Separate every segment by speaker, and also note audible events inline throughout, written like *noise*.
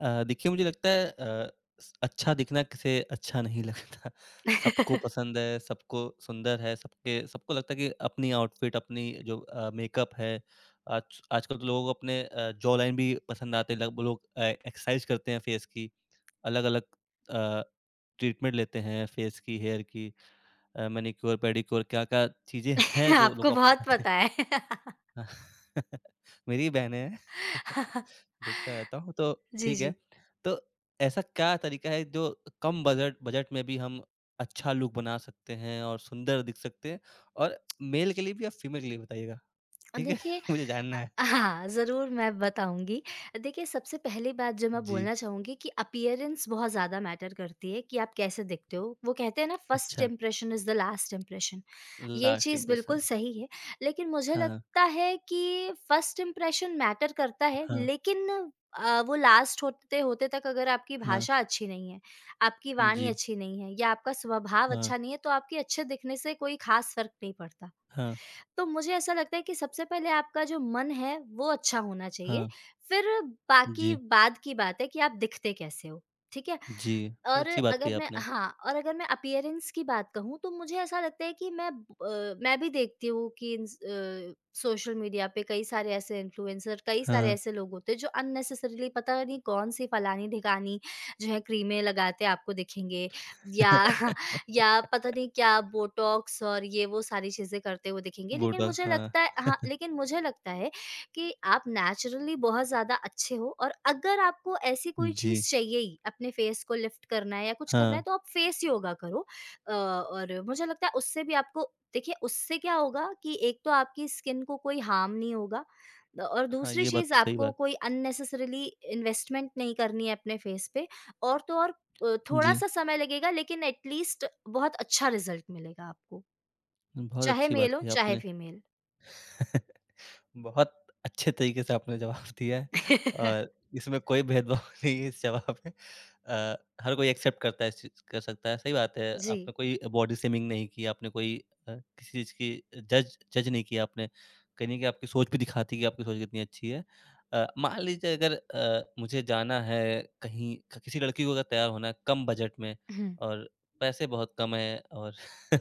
Speaker 1: देखिए मुझे लगता है अ, स अच्छा दिखना किसे अच्छा नहीं लगता। *laughs* सबको पसंद है, सबको सुंदर है, सबके सबको लगता है कि अपनी आउटफिट, अपनी जो मेकअप है आज आजकल तो लोगों को अपने जॉ लाइन भी पसंद आते हैं। लग लोग एक्सरसाइज करते हैं फेस की, अलग-अलग अ, ट्रीटमेंट लेते हैं फेस की, हेयर की, मैनीक्योर, पेडीक्योर क्या-क्या चीज़ें हैं
Speaker 2: *laughs*
Speaker 1: जो लोग
Speaker 2: आपको बहुत
Speaker 1: अपनाते हैं।
Speaker 2: पता है।
Speaker 1: हाँ, *laughs* मेरी ही बहनें हैं। *laughs*
Speaker 2: *laughs*
Speaker 1: देखता रहता हूँ तो
Speaker 2: जी,
Speaker 1: ठीक
Speaker 2: जी।
Speaker 1: है। तो ऐसा क्या तरीका है जो कम बजट बजट में भी हम अच्छा लुक बना सकते हैं और सुंदर दिख सकते हैं और मेल के लिए भी और फीमेल के लिए बताइएगा। ठीक है?
Speaker 2: देखिए,
Speaker 1: *laughs* मुझे
Speaker 2: अ,
Speaker 1: जानना है।
Speaker 2: हाँ, ज़रूर मैं बताऊँगी। देखिए, सबसे पहली बात जो मैं
Speaker 1: जी,
Speaker 2: बोलना चाहूँगी कि अपीयरेंस बहुत ज़्यादा मैटर करती है कि आप कैसे दिखते हो। वो कहते हैं ना फर्स्ट
Speaker 1: अच्छा।
Speaker 2: Impression is the last impression. ये
Speaker 1: लास्ट
Speaker 2: चीज़
Speaker 1: इम्प्रेशन।
Speaker 2: बिल्कुल सही है, लेकिन मुझे
Speaker 1: हाँ,
Speaker 2: लगता है कि फर्स्ट इम्प्रेशन मैटर करता है,
Speaker 1: हाँ,
Speaker 2: लेकिन वो लास्ट होते-होते तक अगर आपकी
Speaker 1: हाँ।
Speaker 2: भाषा अच्छी नहीं है, आपकी वाणी
Speaker 1: जी,
Speaker 2: अच्छी नहीं है या आपका स्वभाव
Speaker 1: हाँ,
Speaker 2: अच्छा नहीं है, तो आपके अच्छे दिखने से कोई ख़ास फ़र्क नहीं पड़ता।
Speaker 1: हाँ,
Speaker 2: तो मुझे ऐसा लगता है कि सबसे पहले आपका जो मन है वो अच्छा होना चाहिए,
Speaker 1: हाँ।
Speaker 2: फिर बाकी
Speaker 1: जी,
Speaker 2: बाद की बात है कि आप दिखते कैसे हो, ठीक है?
Speaker 1: जी। बहुत
Speaker 2: और
Speaker 1: अच्छी बात कही
Speaker 2: अगर मैं
Speaker 1: आपने।
Speaker 2: हाँ, और अगर मैं अपीयरेंस की बात कहूँ तो मुझे ऐसा लगता है कि मैं भी देखती हूँ कि सोशल मीडिया पे कई सारे ऐसे इन्फ्लुएंसर, कई सारे
Speaker 1: हाँ।
Speaker 2: ऐसे लोग होते हैं जो अननेसेसरीली पता नहीं कौन-सी फलानी-ढिकानी जो है क्रीमें लगाते आपको दिखेंगे या *laughs*
Speaker 1: *laughs*
Speaker 2: या पता नहीं क्या बोटॉक्स और ये वो सारी चीज़ें करते हुए दिखेंगे। लेकिन
Speaker 1: बोटॉक्स
Speaker 2: मुझे
Speaker 1: हाँ।
Speaker 2: लगता है कि आप नेचुरली बहुत ज़्यादा अच्छे हो और अगर आपको ऐसी कोई
Speaker 1: जी,
Speaker 2: चीज़ चाहिए ही, अपने फेस को लिफ्ट करना है या कुछ करना
Speaker 1: हाँ।
Speaker 2: है तो आप फेस योगा करो। और मुझे लगता है उससे भी आपको, देखिए उससे क्या होगा कि एक तो आपकी स्किन को कोई हार्म नहीं होगा द और
Speaker 1: हाँ,
Speaker 2: दूसरी
Speaker 1: ये बात
Speaker 2: चीज़,
Speaker 1: तो सही
Speaker 2: आपको
Speaker 1: बात।
Speaker 2: कोई अननेसेसरीली इन्वेस्टमेंट नहीं करनी है अपने फेस पे और तो और
Speaker 1: जी,
Speaker 2: थोड़ा-सा समय लगेगा, लेकिन एट लीस्ट बहुत अच्छा रिज़ल्ट मिलेगा आपको,
Speaker 1: बहुत
Speaker 2: चाहे
Speaker 1: अच्छी बात
Speaker 2: मेल हो,
Speaker 1: कही
Speaker 2: चाहे
Speaker 1: आपने।
Speaker 2: फीमेल।
Speaker 1: *laughs* बहुत अच्छे तरीके से आपने जवाब *laughs* दिया है
Speaker 2: *laughs*
Speaker 1: और इसमें कोई भेदभाव *laughs* नहीं है इस जवाब में। अ, हर कोई एक्सेप्ट करता है इस चीज़ कर सकता है। सही बात है,
Speaker 2: जी।
Speaker 1: आपने कोई बॉडी शेमिंग नहीं की, आपने कोई अ, किसी चीज़ की जज जज नहीं किया आपने। कहीं न कहीं आपकी सोच भी दिखाती है कि आपकी सोच कितनी अच्छी है। मान लीजिए अगर मुझे जाना है कहीं क किसी लड़की को अगर तैयार होना है कम बजट में
Speaker 2: हुँ।
Speaker 1: और पैसे बहुत कम हैं और *laughs*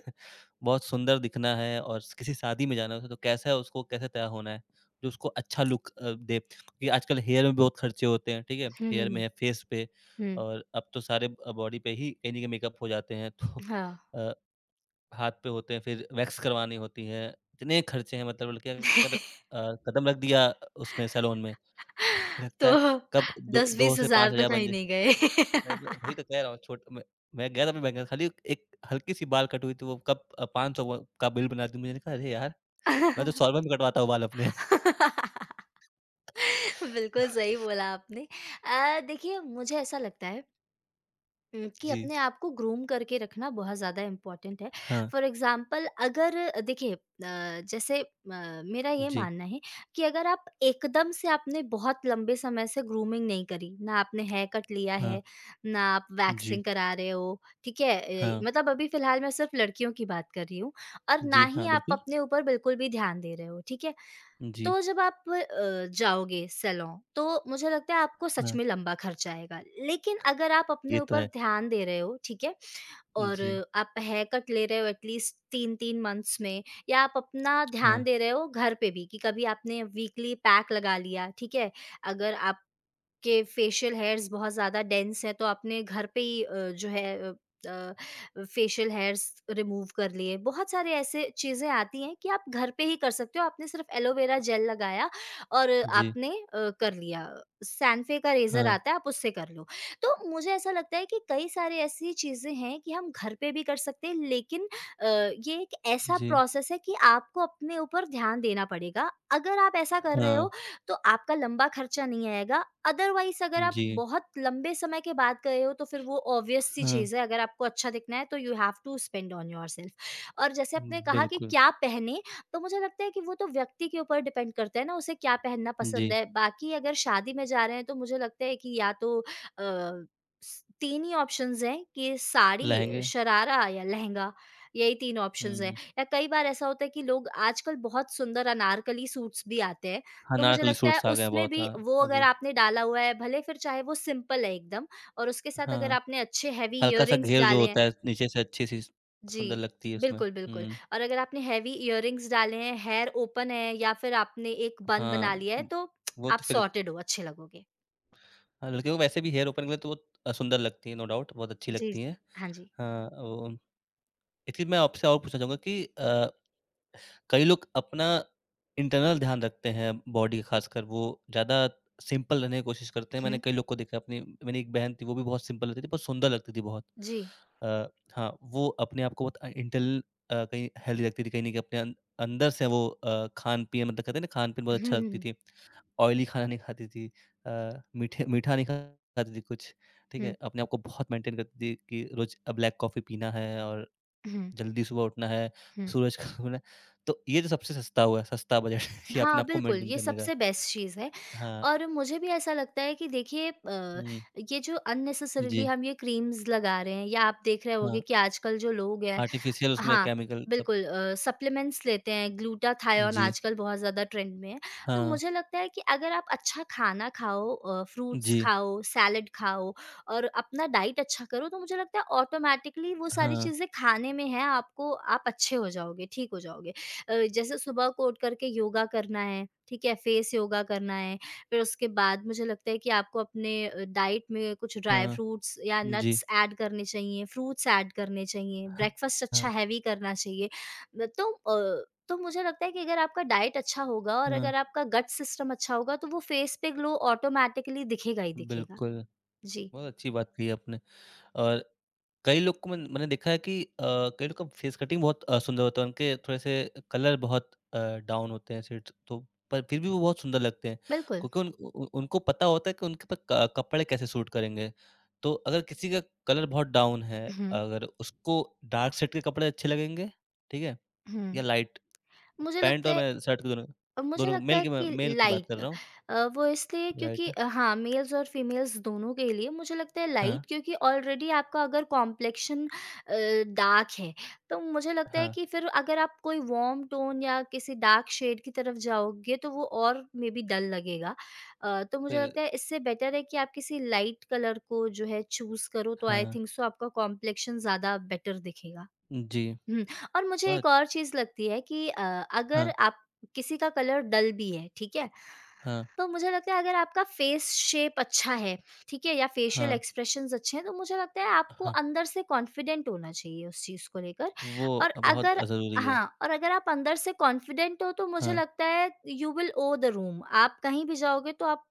Speaker 1: बहुत सुंदर दिखना है और स किसी शादी में जाना है उसे, तो कैसा है उसको कैसे तैयार होना है? जो उसको अच्छा लुक दे। क्योंकि आजकल हेयर में बहुत खर्चे होते हैं, ठीक है?
Speaker 2: हुँ, हुँ,
Speaker 1: हेयर में
Speaker 2: हुँ।
Speaker 1: है, फेस पे
Speaker 2: हुँ,
Speaker 1: और अब तो सारे बॉडी पे ही कहीं न कहीं मेकअप हो जाते हैं तो
Speaker 2: हाँ।
Speaker 1: अ, हाथ पे होते हैं, फिर वैक्स करवानी होती है। इतने खर्चे हैं मतलब, बल्कि अगर
Speaker 2: *laughs*
Speaker 1: कदम रख दिया उसमें सैलून में, *laughs* लगता
Speaker 2: तो
Speaker 1: है कब दो 2
Speaker 2: 10-20
Speaker 1: से
Speaker 2: हज़ार तो
Speaker 1: 5,000 बन
Speaker 2: कहीं
Speaker 1: जाए।
Speaker 2: नहीं गए।
Speaker 1: मैं व वही तो कह रहा हूँ, छोट मैं गया था अपने बैंक में खाली एक हल्की-सी बाल कट हुई थी, वो कब 500 व का बिल बना दी। मैंने कहा अरे यार! मैं तो सौरभ में कटवाता हूँ बाल अपने। *laughs*
Speaker 2: *laughs* बिल्कुल सही बोला आपने। देखिए, मुझे ऐसा लगता है कि
Speaker 1: जी।
Speaker 2: अपने आप को ग्रूम करके रखना बहुत ज़्यादा इम्पोर्टेंट है।
Speaker 1: हाँ।
Speaker 2: फॉर एग्ज़ाम्पल अगर देखिए, अ, जैसे, मेरा ये
Speaker 1: जी।
Speaker 2: मानना है कि अगर आप एकदम से आपने बहुत लंबे समय से ग्रूमिंग नहीं करी, ना आपने हेयर कट लिया
Speaker 1: हाँ।
Speaker 2: है, ना आप
Speaker 1: जी,
Speaker 2: वैक्सिंग करा रहे हो, ठीक है? ए,
Speaker 1: हाँ।
Speaker 2: मतलब अभी फ़िलहाल मैं सिर्फ़ लड़कियों की बात कर रही हूँ और ना
Speaker 1: जी,
Speaker 2: ही
Speaker 1: हाँ,
Speaker 2: आप
Speaker 1: बिल्कुल।
Speaker 2: अपने ऊपर बिल्कुल भी ध्यान दे रहे हो, ठीक है?
Speaker 1: जी,
Speaker 2: तो जब आप जाओगे सैलून, तो मुझे लगता है आपको सच
Speaker 1: हाँ,
Speaker 2: में लंबा खर्च आएगा। लेकिन अगर आप अपने
Speaker 1: ये तो
Speaker 2: ऊपर
Speaker 1: है।
Speaker 2: ध्यान दे रहे हो, ठीक है? और
Speaker 1: जी,
Speaker 2: आप हेयर कट ले रहे हो एटलीस्ट 3-3 मंथ्स में, या आप अपना
Speaker 1: हाँ,
Speaker 2: ध्यान दे रहे हो घर पे भी कि कभी आपने वीकली पैक लगा लिया, ठीक है? अगर आप के फेशियल हेयर्स बहुत ज़्यादा डेंस हैं तो आपने घर पे ही जो है अ, फेशियल हेयर्स रिमूव कर लिए। बहुत सारे ऐसे चीज़ें आती हैं कि आप घर पे ही कर सकते हो। आपने सिर्फ़ एलोवेरा जेल लगाया और
Speaker 1: जी,
Speaker 2: आपने कर लिया। सैनफे का रेज़र
Speaker 1: हाँ,
Speaker 2: आता है, आप उससे कर लो। तो मुझे ऐसा लगता है कि कई सारी ऐसी चीज़ें हैं कि हम घर पे भी कर सकते हैं, लेकिन ये एक ऐसा
Speaker 1: जी,
Speaker 2: प्रोसेस है कि आपको अपने ऊपर ध्यान देना पड़ेगा। अगर आप ऐसा कर रहे
Speaker 1: हाँ,
Speaker 2: हो तो आपका लंबा खर्चा नहीं आएगा। अदरवाइज़ अगर आप
Speaker 1: जी,
Speaker 2: बहुत लंबे समय के बाद गए हो तो फिर वो ऑब्वियस सी
Speaker 1: हाँ,
Speaker 2: चीज़ है, अगर आपको अच्छा दिखना है तो you have to spend on yourself. और जैसे आपने कहा कि
Speaker 1: बिल्कुल।
Speaker 2: क्या पहने, तो मुझे लगता है कि वो तो व्यक्ति के ऊपर डिपेंड करता है ना उसे क्या पहनना पसंद
Speaker 1: जी,
Speaker 2: है। बाकी अगर शादी में जा रहे हैं तो मुझे लगता है कि या तो अ, स 3 ही ऑप्शंस हैं कि साड़ी,
Speaker 1: लहंगे।
Speaker 2: शरारा या लहंगा, यही 3 ऑप्शंस हैं।
Speaker 1: हुँ,
Speaker 2: या कई बार ऐसा होता है कि लोग आजकल बहुत सुंदर अनारकली सूट्स भी आते हैं
Speaker 1: हाँ,
Speaker 2: तो मुझे
Speaker 1: अनारकली
Speaker 2: लगता है
Speaker 1: सूट्स आ गए हैं
Speaker 2: उसमें
Speaker 1: बहुत,
Speaker 2: भी
Speaker 1: हाँ,
Speaker 2: वो अगर
Speaker 1: अभी।
Speaker 2: आपने डाला हुआ है, भले फिर चाहे वो सिंपल है एकदम, और उसके साथ अगर
Speaker 1: हाँ,
Speaker 2: आपने अच्छे हेवी
Speaker 1: हल्का-सा
Speaker 2: इयररिंग्स
Speaker 1: घेर जो
Speaker 2: डाले हैं,
Speaker 1: होता है नीचे से, अच्छी-सी
Speaker 2: जी।
Speaker 1: सुंदर लगती है उसमें।
Speaker 2: बिल्कुल, बिल्कुल।
Speaker 1: हुँ,
Speaker 2: और अगर आपने हेवी इयररिंग्स डाले हैं, हेयर ओपन है या फिर आपने एक बन बना
Speaker 1: हाँ,
Speaker 2: लिया है तो
Speaker 1: वो
Speaker 2: आप
Speaker 1: तो फिर
Speaker 2: सॉर्टेड हो, अच्छे लगोगे।
Speaker 1: हाँ, लड़कियों को वैसे भी हेयर ओपन के लिए तो वो सुंदर लगती है, नो डाउट बहुत अच्छी
Speaker 2: जी, जी।
Speaker 1: लगती हैं।
Speaker 2: हाँ जी।
Speaker 1: हाँ, वो इसलिए मैं आपसे और पूछना चाहूँगा कि कई लोग अपना इंटरनल ध्यान रखते हैं, बॉडी खासकर वो ज़्यादा सिंपल रहने की कोशिश करते हैं। मैंने
Speaker 2: हुँ,
Speaker 1: कई लोग को देखा अपनी, मेरी एक बहन थी वो भी बहुत सिंपल रहती थी, बहुत सुंदर लगती थी बहुत।
Speaker 2: जी।
Speaker 1: अ, हाँ, वो अपने आप को बहुत इंटरनल कहीं हेल्दी लगती थी, कहीं न कहीं अपने अंदर से वो खान-पीन मतलब कहते हैं ना खान-पीन बहुत
Speaker 2: हुँ, हुँ,
Speaker 1: अच्छा लगती
Speaker 2: हुँ।
Speaker 1: थी। ऑयली खाना नहीं खाती थी, अ, मीठे मीठा नहीं खाती थी कुछ, ठीक है? अपने आप को बहुत मेंटेन करती थी कि रोज़ ब्लैक कॉफ़ी पीना है और
Speaker 2: हुँ, हुँ,
Speaker 1: जल्दी सुबह उठना है,
Speaker 2: हुँ।
Speaker 1: सूरज का होना है, तो ये तो सबसे सस्ता हुआ, सस्ता बजट *laughs* कि अपने
Speaker 2: हाँ,
Speaker 1: आपको
Speaker 2: बिल्कुल,
Speaker 1: मेंटेन
Speaker 2: ये
Speaker 1: करने का।
Speaker 2: सबसे बेस्ट चीज़ है,
Speaker 1: हाँ,
Speaker 2: और मुझे भी ऐसा लगता है कि देखिए,
Speaker 1: हुँ,
Speaker 2: ये जो अननेसेसरीली
Speaker 1: जी,
Speaker 2: हम ये क्रीम्स लगा रहे हैं, या आप देख रहे होगे
Speaker 1: हाँ,
Speaker 2: कि आजकल जो लोग हैं
Speaker 1: आर्टिफ़िशियल उसमें
Speaker 2: हाँ,
Speaker 1: केमिकल सब।
Speaker 2: बिल्कुल सप्लीमेंट्स लेते हैं, ग्लूटाथायोन
Speaker 1: जी,
Speaker 2: आजकल बहुत ज़्यादा ट्रेंड में है। तो
Speaker 1: हाँ,
Speaker 2: मुझे लगता है कि अगर आप अच्छा खाना खाओ, फ्रूट्स
Speaker 1: जी,
Speaker 2: खाओ, सैलेड खाओ और अपना डाइट अच्छा करो, तो मुझे लगता है ऑटोमैटिकली वो सारी
Speaker 1: हाँ,
Speaker 2: चीज़ें खाने में है, आपको आप अच्छे हो जाओगे, ठीक हो जाओगे। जैसे सुबह को उठ कर के योगा करना है, ठीक है? फेस योगा करना है, फिर उसके बाद मुझे लगता है कि आपको अपने डाइट में कुछ ड्राई
Speaker 1: हाँ,
Speaker 2: फ्रूट्स या
Speaker 1: जी,
Speaker 2: नट्स ऐड करने चाहिए, फ्रूट्स ऐड करने चाहिए,
Speaker 1: हाँ,
Speaker 2: ब्रेकफ़ास्ट अच्छा
Speaker 1: हाँ,
Speaker 2: हैवी करना चाहिए। न तो तो मुझे लगता है कि अगर आपका डाइट अच्छा होगा और
Speaker 1: हाँ,
Speaker 2: अगर आपका गट सिस्टम अच्छा होगा, तो वो फेस पे ग्लो ऑटोमैटिकली दिखेगा ही दिखेगा।
Speaker 1: बिल्कुल,
Speaker 2: जी,
Speaker 1: बहुत अच्छी बात कही आपने। और कई लोग को मैंने मैंने देखा है कि कई लोग का फेस कटिंग बहुत सुंदर होता है, उनके थोड़े-से कलर बहुत डाउन होते हैं शेड्स, तो पर फिर भी वो बहुत सुंदर लगते हैं,
Speaker 2: बिल्कुल।
Speaker 1: क्योंकि उन उ उ उनको पता होता है कि उनके ऊपर क कपड़े कैसे सूट करेंगे। तो अगर किसी का कलर बहुत डाउन है,
Speaker 2: हुँ,
Speaker 1: अगर उसको डार्क शेड के कपड़े अच्छे लगेंगे, ठीक है? या
Speaker 2: हुँ।
Speaker 1: लाइट
Speaker 2: मुझे
Speaker 1: पैंट
Speaker 2: लगता
Speaker 1: और
Speaker 2: है
Speaker 1: मैं शर्ट के दोनों
Speaker 2: अ, मुझे
Speaker 1: दोनों,
Speaker 2: लगता है कि
Speaker 1: मेल की बात कर
Speaker 2: लाइट,
Speaker 1: रहा हूँ,
Speaker 2: वो इसलिए क्योंकि
Speaker 1: राइट?
Speaker 2: हाँ, मेल्स और फीमेल्स दोनों के लिए मुझे लगता है
Speaker 1: हाँ,
Speaker 2: लाइट, क्योंकि ऑलरेडी आपका अगर कॉम्प्लेक्शन डार्क है तो मुझे लगता है
Speaker 1: हाँ,
Speaker 2: कि फिर अगर आप कोई वार्म टोन या किसी डार्क शेड की तरफ जाओगे तो वो और मे बी डल लगेगा। तो मुझे
Speaker 1: फिर
Speaker 2: लगता है इससे बेटर है कि आप किसी लाइट कलर को जो है चूज करो, तो आई
Speaker 1: हाँ,
Speaker 2: थिंक सो आपका कॉम्प्लेक्शन ज़्यादा बेटर दिखेगा।
Speaker 1: जी,
Speaker 2: हुँ, और मुझे एक
Speaker 1: बहुत
Speaker 2: और चीज़ लगती है कि अगर
Speaker 1: हाँ,
Speaker 2: आप किसी का कलर डल भी है, ठीक है?
Speaker 1: हाँ,
Speaker 2: तो मुझे लगता है अगर आपका फेस शेप अच्छा है, ठीक है? या फेशियल
Speaker 1: हाँ,
Speaker 2: एक्सप्रेशंस अच्छे हैं, तो मुझे लगता है आपको
Speaker 1: हाँ।
Speaker 2: अंदर से कॉन्फिडेंट होना चाहिए उस चीज़ को लेकर,
Speaker 1: वो
Speaker 2: और
Speaker 1: बहुत
Speaker 2: अगर
Speaker 1: ज़रूरी है।
Speaker 2: हाँ, और अगर आप अंदर से कॉन्फिडेंट हो तो मुझे
Speaker 1: हाँ,
Speaker 2: लगता है you will own the room. आप कहीं भी जाओगे तो आप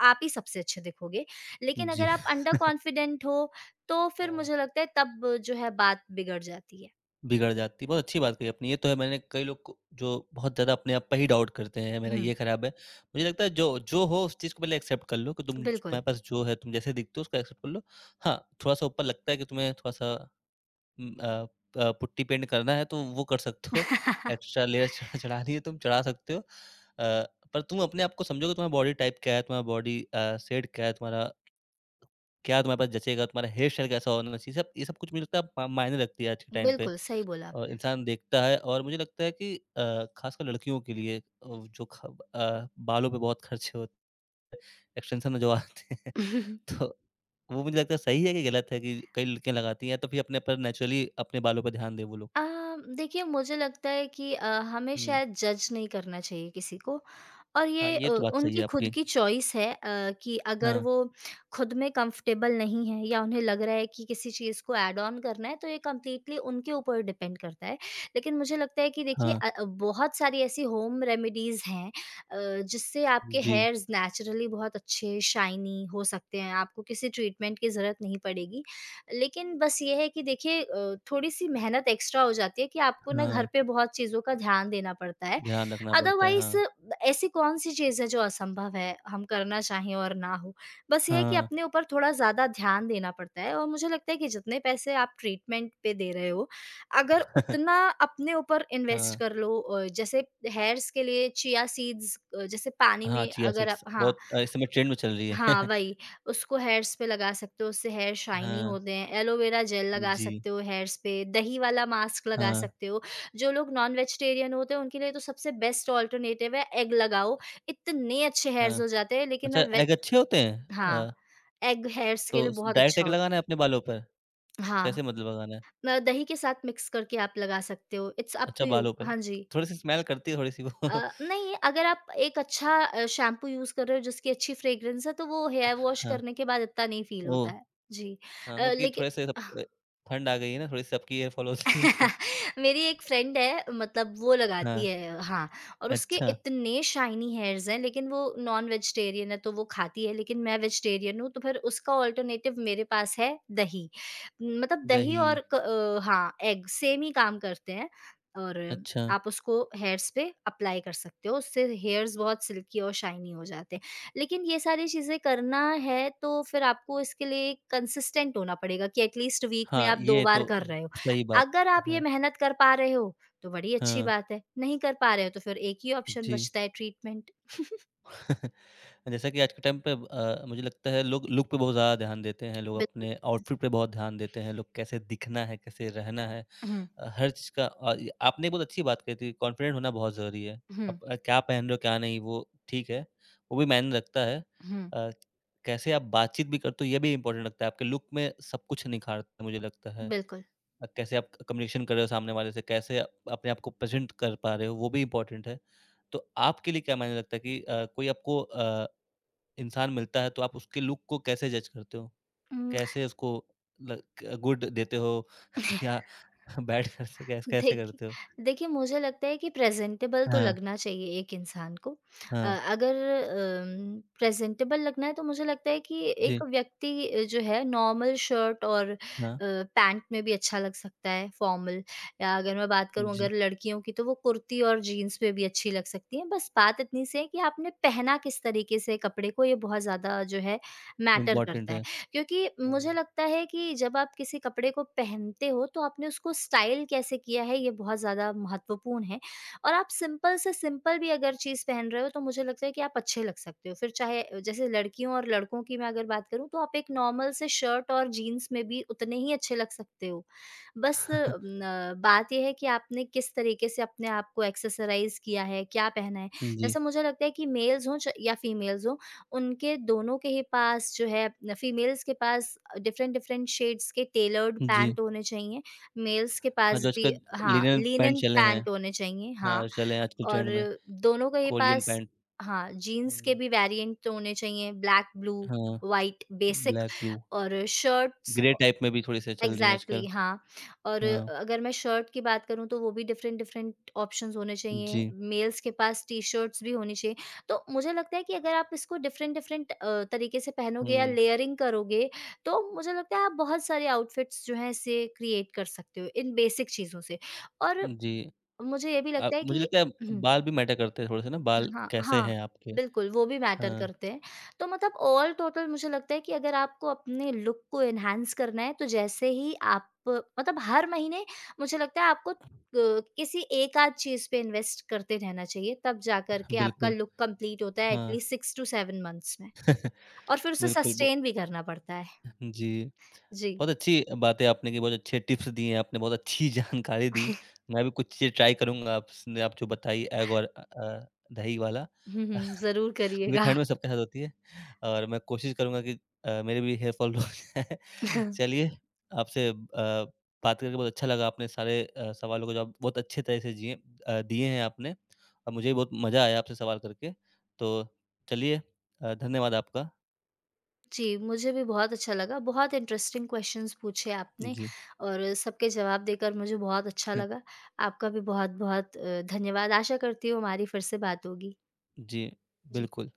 Speaker 2: आप ही सबसे अच्छे दिखोगे। लेकिन अगर
Speaker 1: जी। *laughs*
Speaker 2: आप अंडर कॉन्फिडेंट हो, तो फिर
Speaker 1: हाँ।
Speaker 2: मुझे लगता है तब जो है बात बिगड़ जाती है।
Speaker 1: बिगड़ जाती है, बहुत अच्छी बात कही आपने, ये तो है, मैंने कई लोग को जो बहुत ज़्यादा अपने आप पे ही डाउट करते हैं, मेरा
Speaker 2: हम्म।
Speaker 1: ये खराब है। मुझे लगता है जो जो हो उस चीज़ को पहले एक्सेप्ट कर लो कि तुम,
Speaker 2: बिल्कुल।
Speaker 1: तुम्हारे पास जो है, तुम जैसे दिखते हो उसको एक्सेप्ट कर लो। हाँ, थोड़ा-सा ऊपर लगता है कि तुम्हें थोड़ा-सा उम, अ पुट्टी पेंट करना है तो वो कर सकते हो,
Speaker 2: *laughs*
Speaker 1: एक्स्ट्रा लेयर चढ़ानी है *laughs* तुम चढ़ा सकते हो। पर तुम अपने आप को समझो कि तुम्हारा बॉडी टाइप क्या है, तुम्हारा बॉडी शेड क्या है, तुम्हारा क्या तुम्हारे पास जचेगा, तुम्हारा हेयर स्टाइल कैसा होना चाहिए, सब ये सब कुछ मुझे लगता है मा मायने रखती है आज के टाइम पे,
Speaker 2: बिल्कुल, सही बोला
Speaker 1: और
Speaker 2: आपने।
Speaker 1: इंसान देखता है और मुझे लगता है कि ख़ासकर लड़कियों के लिए अ, जो ख बालों पे बहुत खर्चे होते, एक्सटेंशन जो आते हैं,
Speaker 2: *laughs*
Speaker 1: *laughs* तो वो मुझे लगता है सही है कि गलत है कि कई लड़कियाँ लगाती हैं, तो फिर अपने पर नेचुरली अपने बालों पर ध्यान दें वो लोग।
Speaker 2: अ, देखिए, मुझे लगता है कि हमें
Speaker 1: हुँ,
Speaker 2: शायद जज नहीं करना चाहिए किसी को, और
Speaker 1: हाँ,
Speaker 2: ये
Speaker 1: ये तो बात सही
Speaker 2: उनकी
Speaker 1: है
Speaker 2: खुद
Speaker 1: आपकी।
Speaker 2: की चॉइस है, कि अगर
Speaker 1: हाँ,
Speaker 2: वो खुद में कंफर्टेबल नहीं है या उन्हें लग रहा है कि किसी चीज़ को ऐड ऑन करना है, तो ये कंप्लीटली उनके ऊपर डिपेंड करता है। लेकिन मुझे लगता है कि देखिए,
Speaker 1: हाँ,
Speaker 2: बहुत सारी ऐसी होम रेमेडीज़ हैं, जिससे आपके
Speaker 1: जी,
Speaker 2: हेयर्स नेचुरली बहुत अच्छे शाइनी हो सकते हैं, आपको किसी ट्रीटमेंट की ज़रूरत नहीं पड़ेगी, लेकिन बस ये है कि देखिए, थोड़ी-सी मेहनत एक्स्ट्रा हो जाती है कि आपको ना घर
Speaker 1: हाँ,
Speaker 2: पे बहुत चीज़ों का ध्यान देना पड़ता है।
Speaker 1: ध्यान रखना पड़ता है,
Speaker 2: अदरवाइज़
Speaker 1: हाँ,
Speaker 2: ऐसी कौन-सी चीज़ है जो असंभव है, हम करना चाहें और ना हो? बस ये है कि
Speaker 1: हाँ,
Speaker 2: अपने ऊपर थोड़ा ज़्यादा ध्यान देना पड़ता है, और मुझे लगता है कि जितने पैसे आप ट्रीटमेंट पे दे रहे हो, अगर
Speaker 1: *laughs*
Speaker 2: उतना अपने ऊपर इन्वेस्ट
Speaker 1: हाँ,
Speaker 2: कर लो, जैसे हेयर्स के लिए चिया सीड्स, जैसे पानी
Speaker 1: हाँ,
Speaker 2: में
Speaker 1: चिया
Speaker 2: अगर आप
Speaker 1: सीड्स
Speaker 2: हाँ,
Speaker 1: बहुत इस समय ट्रेंड में चल रही
Speaker 2: हाँ,
Speaker 1: है।
Speaker 2: वही। उसको हेयर्स पे लगा सकते हो, उससे हेयर
Speaker 1: *laughs*
Speaker 2: शाइनी
Speaker 1: हाँ।
Speaker 2: होते हैं। एलोवेरा जेल लगा
Speaker 1: जी,
Speaker 2: सकते हो हेयर्स पे, दही वाला मास्क लगा
Speaker 1: हाँ,
Speaker 2: सकते हो। जो लोग नॉन वेजिटेरियन होते हैं, उनके लिए तो सबसे बेस्ट अल्टरनेटिव है, एग लगाओ। इतने अच्छे हेयर्स
Speaker 1: हाँ।
Speaker 2: हो जाते हैं, लेकिन
Speaker 1: अच्छा,
Speaker 2: मैं वेज
Speaker 1: एग अच्छे होते हैं?
Speaker 2: हाँ, एग हेयर्स के लिए
Speaker 1: तो स
Speaker 2: बहुत
Speaker 1: डायरेक्ट
Speaker 2: अच्छा
Speaker 1: एग
Speaker 2: होता है।
Speaker 1: लगाना है अपने बालों पर?
Speaker 2: हाँ,
Speaker 1: कैसे मतलब लगाना है?
Speaker 2: म दही के साथ मिक्स करके आप लगा सकते हो। इट्स अप
Speaker 1: अच्छा,
Speaker 2: टू यू।
Speaker 1: बालों पर।
Speaker 2: हाँ जी।
Speaker 1: थोड़ी-सी स्मेल करती है थोड़ी-सी वो। *laughs*
Speaker 2: नहीं, अगर आप एक अच्छा शैम्पू यूज़ कर रहे हो जिसकी अच्छी फ्रेग्रेंस है, तो वो हेयर वॉश
Speaker 1: हाँ,
Speaker 2: करने के बाद इतना नहीं फ़ील होता
Speaker 1: ओह!
Speaker 2: है। जी।
Speaker 1: हाँ, क्योंकि
Speaker 2: लेकिन
Speaker 1: थोड़े-से सब ठंड आ गई है ना, थोड़ी सी सबकी हेयर फॉल होती है तो
Speaker 2: *laughs* मेरी एक फ्रेंड है मतलब वो
Speaker 1: हाँ,
Speaker 2: लगाती है हाँ, और उसके
Speaker 1: अच्छा,
Speaker 2: इतने शाइनी हेयर्स हैं लेकिन वो नॉन वेजिटेरियन है तो वो खाती है, लेकिन मैं वेजिटेरियन हूँ तो फिर उसका ऑल्टरनेटिव मेरे पास है दही, मतलब दही और
Speaker 1: दही,
Speaker 2: हाँ, एग सेम ही काम करते हैं और
Speaker 1: अच्छा।
Speaker 2: आप उसको हेयर्स पे अप्लाई कर सकते हो, उससे हेयर्स बहुत सिल्की और शाइनी हो जाते हैं, लेकिन ये सारी चीज़ें करना है तो फिर आपको इसके लिए कंसिस्टेंट होना पड़ेगा कि एटलीस्ट वीक में
Speaker 1: हाँ,
Speaker 2: आप दो
Speaker 1: ये
Speaker 2: बार
Speaker 1: तो
Speaker 2: कर रहे हो।
Speaker 1: सही बात
Speaker 2: अगर आप ये
Speaker 1: है।
Speaker 2: मेहनत कर पा रहे हो, तो बड़ी अच्छी
Speaker 1: हाँ,
Speaker 2: बात है, नहीं कर पा रहे हो तो फिर एक ही ऑप्शन
Speaker 1: जी।
Speaker 2: बचता है, ट्रीटमेंट।
Speaker 1: *laughs* जैसा कि आज के टाइम पे मुझे लगता है लोग लुक पे बहुत ज़्यादा ध्यान देते हैं, लोग
Speaker 2: बिल्कुल।
Speaker 1: अपने आउटफिट पे बहुत ध्यान देते हैं, लोग कैसे दिखना है, कैसे रहना है।
Speaker 2: हुँ,
Speaker 1: हर चीज़ का अ, य आपने एक बहुत अच्छी बात कही थी, कॉन्फिडेंट होना बहुत ज़रूरी है। आप
Speaker 2: हुँ,
Speaker 1: क्या पहन रहे हो, क्या नहीं, वो ठीक है, वो भी मायने रखता है।
Speaker 2: हुँ।
Speaker 1: अ, कैसे आप बातचीत भी करते हो, ये भी इम्पोर्टेंट लगता है। आपके लुक में सब कुछ निखारता है मुझे लगता है।
Speaker 2: बिल्कुल।
Speaker 1: कैसे आप क कम्युनिकेशन कर रहे हो सामने वाले से, कैसे आप अपने आप को प्रेज़ेंट कर पा रहे हो, वो भी इम्पोर्टेंट है। तो आपके लिए क्या मायने रखता है कि कोई आपको इंसान मिलता है तो आप उसके लुक को कैसे जज करते हो?
Speaker 2: उम
Speaker 1: कैसे उसको गुड देते हो *laughs*
Speaker 2: *laughs*
Speaker 1: या बैड करते हो, कैसे
Speaker 2: देखिए
Speaker 1: करते हो?
Speaker 2: देखिए, मुझे लगता है कि प्रेज़ेंटेबल तो
Speaker 1: हाँ,
Speaker 2: लगना चाहिए एक इंसान को।
Speaker 1: हाँ।
Speaker 2: अगर प्रेज़ेंटेबल लगना है तो मुझे लगता है कि एक
Speaker 1: जी,
Speaker 2: व्यक्ति, जो है नॉर्मल शर्ट और
Speaker 1: हाँ,
Speaker 2: पैंट में भी अच्छा लग सकता है फ़ॉर्मल, या अगर मैं बात करूँ
Speaker 1: जी।
Speaker 2: अगर लड़कियों की तो वो कुर्ती और जीन्स में भी अच्छी लग सकती हैं। बस बात इतनी सी है कि आपने पहना किस तरीके से कपड़े को, ये बहुत ज़्यादा जो है मैटर
Speaker 1: इम्पोर्टेंट
Speaker 2: करता है।
Speaker 1: है।
Speaker 2: क्योंकि मुझे
Speaker 1: हुँ।
Speaker 2: लगता है कि जब आप किसी कपड़े को पहनते हो तो आपने उसको स्टाइल कैसे किया है ये बहुत ज़्यादा महत्वपूर्ण है, और आप सिंपल से सिंपल भी अगर चीज़ पहन रहे हो तो मुझे लगता है कि आप अच्छे लग सकते हो, फिर चाहे जैसे लड़कियों और लड़कों की मैं अगर बात करूँ तो आप एक नॉर्मल से शर्ट और जीन्स में भी उतने ही अच्छे लग सकते हो। बस
Speaker 1: *laughs*
Speaker 2: न, बात यह है कि आपने किस तरीके से अपने आप को एक्सेसराइज किया है, क्या पहना है,
Speaker 1: जी,
Speaker 2: जैसे मुझे लगता है कि मेल्स हों या फीमेल्स हों, उनके दोनों के ही पास जो है न, फीमेल्स के पास डिफ़रेंट डिफ़रेंट शेड्स के टेलर्ड
Speaker 1: जी।
Speaker 2: पैंट होने चाहिए, मेल्स के
Speaker 1: हाँ,
Speaker 2: पास
Speaker 1: जो
Speaker 2: भी
Speaker 1: आजकल
Speaker 2: हाँ,
Speaker 1: लिनेन पैंट
Speaker 2: लिनेन
Speaker 1: चले हैं।
Speaker 2: पैंट होने चाहिए, हाँ।
Speaker 1: हाँ, चले हैं आजकल
Speaker 2: और
Speaker 1: ट्रेंड में,
Speaker 2: दोनों के ही
Speaker 1: कोरियन
Speaker 2: पास
Speaker 1: पैंट।
Speaker 2: हाँ, जीन्स के
Speaker 1: हुँ,
Speaker 2: भी वेरिएंट होने चाहिए, ब्लैक, ब्लू,
Speaker 1: हाँ,
Speaker 2: व्हाइट, बेसिक।
Speaker 1: ब्लैक, ब्लू,
Speaker 2: और शर्ट्स
Speaker 1: ग्रे टाइप में भी थोड़ी-सी चल रही हैं
Speaker 2: एग्ज़ैक्टली
Speaker 1: आजकल।
Speaker 2: हाँ, और
Speaker 1: हाँ,
Speaker 2: अगर मैं शर्ट की बात करूँ तो वो भी डिफ़रेंट-डिफ़रेंट ऑप्शंस होने चाहिए,
Speaker 1: जी।
Speaker 2: मेल्स के पास टी-शर्ट्स भी होनी चाहिए। तो मुझे लगता है कि अगर आप इसको डिफ़रेंट-डिफ़रेंट तरीके से पहनोगे या
Speaker 1: हुँ,
Speaker 2: लेयरिंग करोगे, तो मुझे लगता है आप बहुत सारे आउटफिट्स जो हैं इसे क्रिएट कर सकते हो, इन बेसिक चीज़ों से। और
Speaker 1: जी।
Speaker 2: मुझे ये भी लगता है
Speaker 1: मुझे
Speaker 2: कि
Speaker 1: लगता है
Speaker 2: हुँ।
Speaker 1: बाल भी मैटर करते हैं थोड़े-से ना, बाल
Speaker 2: हाँ,
Speaker 1: कैसे
Speaker 2: हाँ,
Speaker 1: हैं आपके?
Speaker 2: बिल्कुल, वो भी मैटर
Speaker 1: हाँ,
Speaker 2: करते हैं। तो मतलब ऑल टोटल मुझे लगता है कि अगर आपको अपने लुक को एनहांस करना है, तो जैसे ही आप मतलब हर महीने मुझे लगता है आपको किसी एक आध चीज़ पे इन्वेस्ट करते रहना चाहिए, तब जाकर के आपका
Speaker 1: बिल्कुल।
Speaker 2: लुक कंप्लीट होता है
Speaker 1: हाँ,
Speaker 2: एटलीस्ट 6 टू 7 मंथ्स में,
Speaker 1: *laughs*
Speaker 2: और फिर उसे
Speaker 1: बिल्कुल बो
Speaker 2: सस्टेन भी करना पड़ता है।
Speaker 1: जी,
Speaker 2: जी।
Speaker 1: बहुत अच्छी बातें आपने की, बहुत अच्छे टिप्स दिए हैं आपने, बहुत अच्छी *laughs* जानकारी दी।
Speaker 2: *laughs*
Speaker 1: मैं भी कुछ चीज़ें ट्राई करूँगा आपने आप जो बताई, एग और दही वाला।
Speaker 2: हुँ,
Speaker 1: *laughs*
Speaker 2: हुँ,
Speaker 1: क्योंकि
Speaker 2: ज़रूर करिएगा।
Speaker 1: ठंड में सबके साथ होती है और मैं कोशिश करूँगा कि मेरे भी हेयर फॉल रुक जाए। *laughs*
Speaker 2: *laughs*
Speaker 1: चलिए, आपसे बात करके बहुत अच्छा लगा, आपने सारे सवालों के जवाब बहुत अच्छे तरह से जिए दिए हैं आपने और मुझे भी बहुत मज़ा आया आपसे सवाल करके। तो चलिए, धन्यवाद आपका।
Speaker 2: जी, मुझे भी बहुत अच्छा लगा। बहुत इंटरेस्टिंग क्वेश्चंस पूछे आपने
Speaker 1: जी,
Speaker 2: और सबके जवाब देकर मुझे बहुत अच्छा
Speaker 1: हाँ,
Speaker 2: लगा। आपका भी बहुत-बहुत धन्यवाद। आशा करती हूँ हमारी फिर से बात होगी।
Speaker 1: जी,
Speaker 2: जी।
Speaker 1: बिल्कुल।